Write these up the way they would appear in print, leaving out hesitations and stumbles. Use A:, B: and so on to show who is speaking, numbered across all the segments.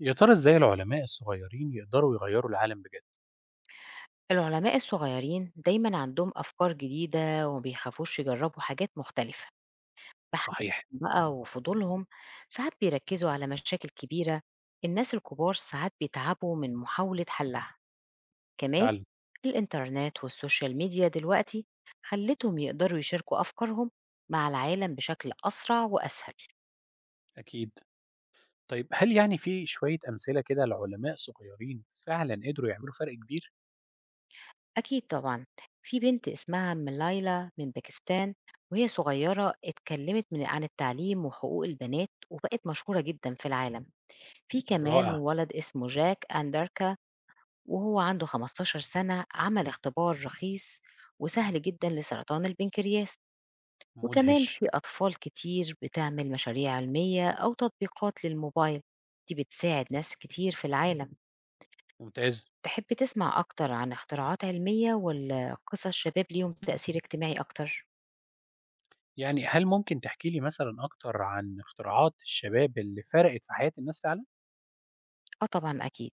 A: يا ترى إزاي العلماء الصغيرين يقدروا يغيّروا العالم بجد؟
B: العلماء الصغيرين دايما عندهم أفكار جديدة، وما بيخافوش يجربوا حاجات مختلفة. فحماسهم
A: صحيح،
B: بقى وفضولهم ساعات بيركزوا على مشاكل كبيرة الناس الكبار ساعات بيتعبوا من محاولة حلها. كمان
A: فعلًا،
B: الإنترنت والسوشيال ميديا دلوقتي خلتهم يقدروا يشاركوا أفكارهم مع العالم بشكل أسرع وأسهل.
A: أكيد. طيب هل في شوية أمثلة كده لعلماء صغيرين فعلًا قدروا يعملوا فرق كبير؟
B: أكيد طبعًا، في بنت اسمها أم ليلى من باكستان، وهي صغيرة اتكلمت عن التعليم وحقوق البنات، وبقت مشهورة جدًا في العالم. في كمان
A: رائع،
B: ولد اسمه جاك أندركا، وهو عنده 15 سنة، عمل اختبار رخيص وسهل جدًا لسرطان البنكرياس. وكمان
A: مدهش،
B: في أطفال كتير بتعمل مشاريع علمية أو تطبيقات للموبايل، دي بتساعد ناس كتير في العالم.
A: ممتاز.
B: تحب تسمع أكتر عن اختراعات علمية والّا قصص شباب ليهم تأثير اجتماعي أكتر؟
A: يعني هل ممكن تحكي لي مثلًا أكتر عن اختراعات الشباب اللي فرقت في حياة الناس فعلًا؟
B: آه طبعًا أكيد،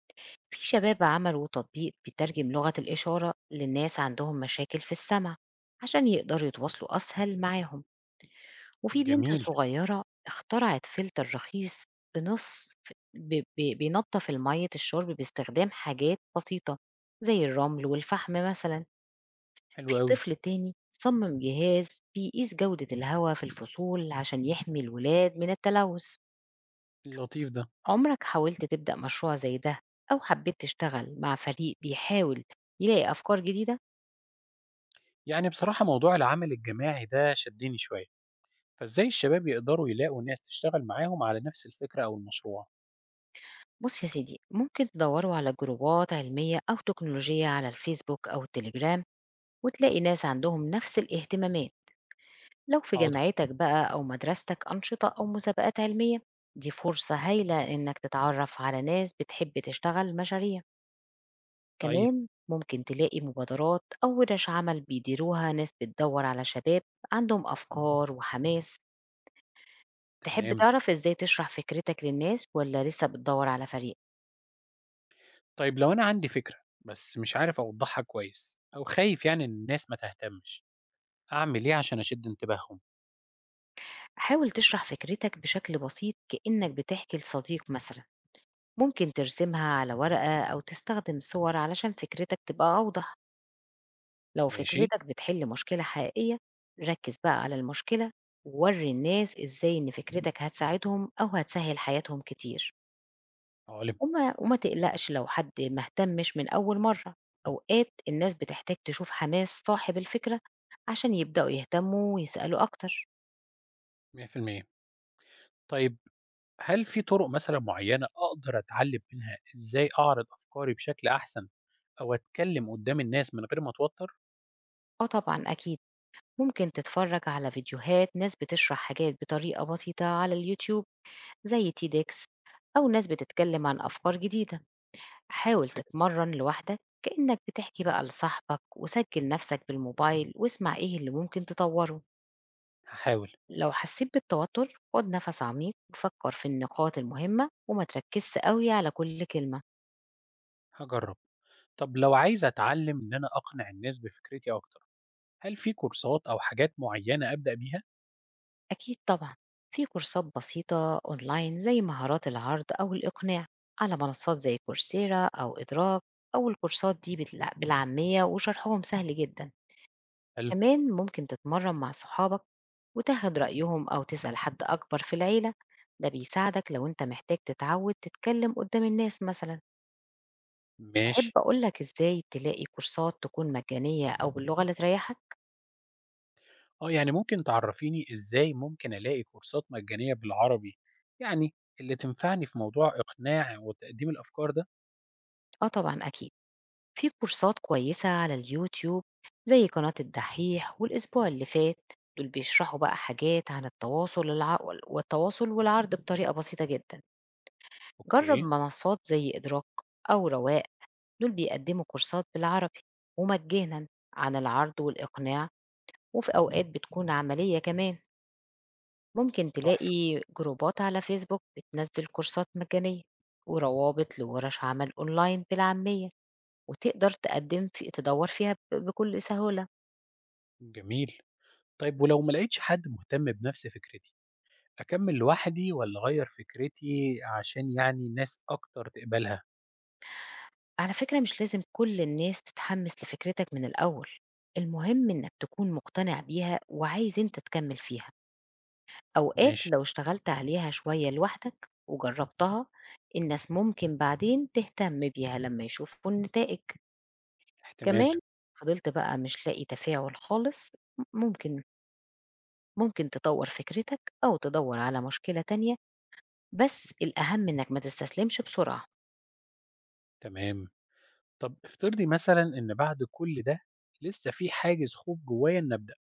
B: في شباب عملوا تطبيق بيترجم لغة الإشارة للناس عندهم مشاكل في السمع، عشان يقدروا يتواصلوا أسهل معاهم، وفي بنت
A: جميل،
B: صغيرة اخترعت فلتر رخيص بنُص ف ب ب بينضف المَيّة الشرب باستخدام حاجات بسيطة، زي الرمل والفحم مثلًا.
A: حلو
B: في
A: أوي،
B: طفل تاني صمم جهاز بيقيس جودة الهواء في الفصول عشان يحمي الولاد من التلوث.
A: لطيف ده.
B: عمرك حاولت تبدأ مشروع زي ده، أو حبيت تشتغل مع فريق بيحاول يلاقي أفكار جديدة؟
A: يعني بصراحة موضوع العمل الجماعي ده شدّني شوية، فإزاي الشباب يقدروا يلاقوا ناس تشتغل معاهم على نفس الفكرة أو المشروع؟
B: بص يا سيدي، ممكن تدوروا على جروبات علمية أو تكنولوجية على الفيسبوك أو التليجرام، وتلاقي ناس عندهم نفس الاهتمامات. لو في
A: حاضر،
B: جامعتك بقى أو مدرستك أنشطة أو مسابقات علمية، دي فرصة هايلة إنك تتعرف على ناس بتحب تشتغل مشاريع.
A: طيب،
B: كمان ممكن تلاقي مبادرات أو ورش عمل بيديروها ناس بتدور على شباب عندهم أفكار وحماس. تحب
A: تمام.
B: تعرف إزاي تشرح فكرتك للناس ولا لسه بتدور على فريق؟
A: طيب لو أنا عندي فكرة بس مش عارف أوضّحها كويس أو خايف إن الناس ما تهتمش، أعمل إيه عشان أشد انتباههم؟
B: حاول تشرح فكرتك بشكل بسيط كأنك بتحكي لصديق مثلا. ممكن ترسمها على ورقة أو تستخدم صور علشان فكرتك تبقى أوضح. لو
A: ماشي،
B: فكرتك بتحل مشكلة حقيقية، ركز بقى على المشكلة ووري الناس إزاي إن فكرتك هتساعدهم أو هتسهل حياتهم كتير.
A: عُلِم
B: وما تقلقش لو حد ما اهتمش من أول مرة. أوقات الناس بتحتاج تشوف حماس صاحب الفكرة عشان يبدأوا يهتموا ويسألوا أكتر.
A: 100%. طيب هل في طُرق مثلًا معيّنة أقدر أتعلّم منها إزاي أعرض أفكاري بشكل أحسن أو أتكلّم قُدّام الناس من غير ما أتوتّر؟
B: أه طبعا أكيد، ممكن تتفرج على فيديوهات ناس بتشرح حاجات بطريقة بسيطة على اليوتيوب، زي تيدكس، أو ناس بتتكلم عن أفكار جديدة. حاول
A: فكرة،
B: تتمرن لوحدك كأنك بتحكي بقى لصاحبك، وسجل نفسك بالموبايل واسمع إيه اللي ممكن تطوره.
A: هاحاول،
B: لو حسيت بالتوتر خد نفس عميق وفكر في النقاط المهمة وما تركزش قوي على كل كلمة.
A: هاجرّب. طب لو عايز أتعلّم إن أنا أقنع الناس بفكرتي أكتر، هل في كورسات أو حاجات معيّنة أبدأ بيها؟
B: أكيد طبعا، في كورسات بسيطة أونلاين زي مهارات العرض أو الإقناع على منصات زي كورسيرا أو إدراك، أو الكورسات دي بالعامية وشرحهم سهل جدا.
A: حلو،
B: كمان ممكن تتمرن مع صحابك وتاخد رأيهم، أو تسأل حد أكبر في العيلة. ده بيساعدك لو أنت محتاج تتعود تتكلم قدام الناس مثلا.
A: ماشي.
B: تحب أقول لك إزاي تلاقي كورسات تكون مجانية أو باللغة اللي تريحك؟
A: آه، يعني ممكن تعرّفيني إزاي ممكن ألاقي كورسات مجانية بالعربي، يعني اللي تنفعني في موضوع إقناع وتقديم الأفكار ده؟
B: آه طبعًا أكيد، في كورسات كويسة على اليوتيوب زي قناة الدحيح، والأسبوع اللي فات، دول بيشرحوا بقى حاجات عن التواصل الع والتواصل والعرض بطريقة بسيطة جدًا. جرب
A: أوكي،
B: منصات زي إدراك أو رواق، دول بيقدموا كورسات بالعربي ومجانا عن العرض والإقناع، وفي أوقات بتكون عملية كمان. ممكن
A: تحفة،
B: تلاقي جروبات على فيسبوك بتنزل كورسات مجانية وروابط لورش عمل أونلاين بالعامية، وتقدر تقدم في تدور فيها بكل سهولة.
A: جميل. طيب ولو ما لقيتش حد مهتم بنفس فكرتي، أكمّل لوحدي والّا أغيّر فكرتي عشان ناس أكتر تقبلها؟
B: على فكرة مش لازم كل الناس تتحمس لفكرتك من الأول، المهم إنك تكون مقتنع بيها وعايز أنت تكمل فيها. أوقات
A: ماشي،
B: لو اشتغلت عليها شوية لوحدك وجربتها، الناس ممكن بعدين تهتم بيها لما يشوفوا النتائج.
A: احتمال،
B: كمان فضلت بقى مش لاقي تفاعل خالص، ممكن ممكن تطور فكرتك أو تدور على مشكلة تانية، بس الأهم إنك ما تستسلمش بسرعة.
A: تمام. طب افترضي مثلًا إن بعد كل ده لسه في حاجز خوف جوايا إني أبدأ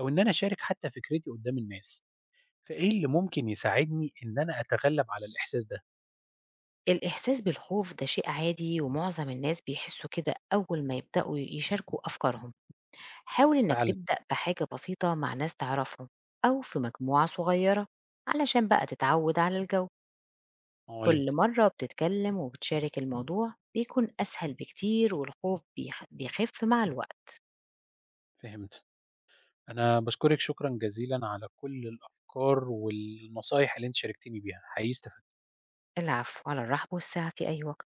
A: أو إن أنا أشارك حتى فكرتي قدّام الناس. فإيه اللي ممكن يساعدني إن أنا أتغلب على الإحساس ده؟
B: الإحساس بالخوف ده شيء عادي ومعظم الناس بيحسوا كده أول ما يبدأوا يشاركوا أفكارهم. حاول إنك
A: فعلًا،
B: تبدأ بحاجة بسيطة مع ناس تعرفهم أو في مجموعة صغيرة علشان بقى تتعود على الجو.
A: معالم،
B: كل مرة بتتكلم وبتشارك الموضوع بيكون أسهل بكتير، والخوف بيخف مع الوقت.
A: فهمت. أنا باشكرِك شكرًا جزيلًا على كل الأفكار والنصايح اللي أنتِ شاركتيني بيها، حقيقي استف
B: العفو، على الرحب والسعة في أي وقت.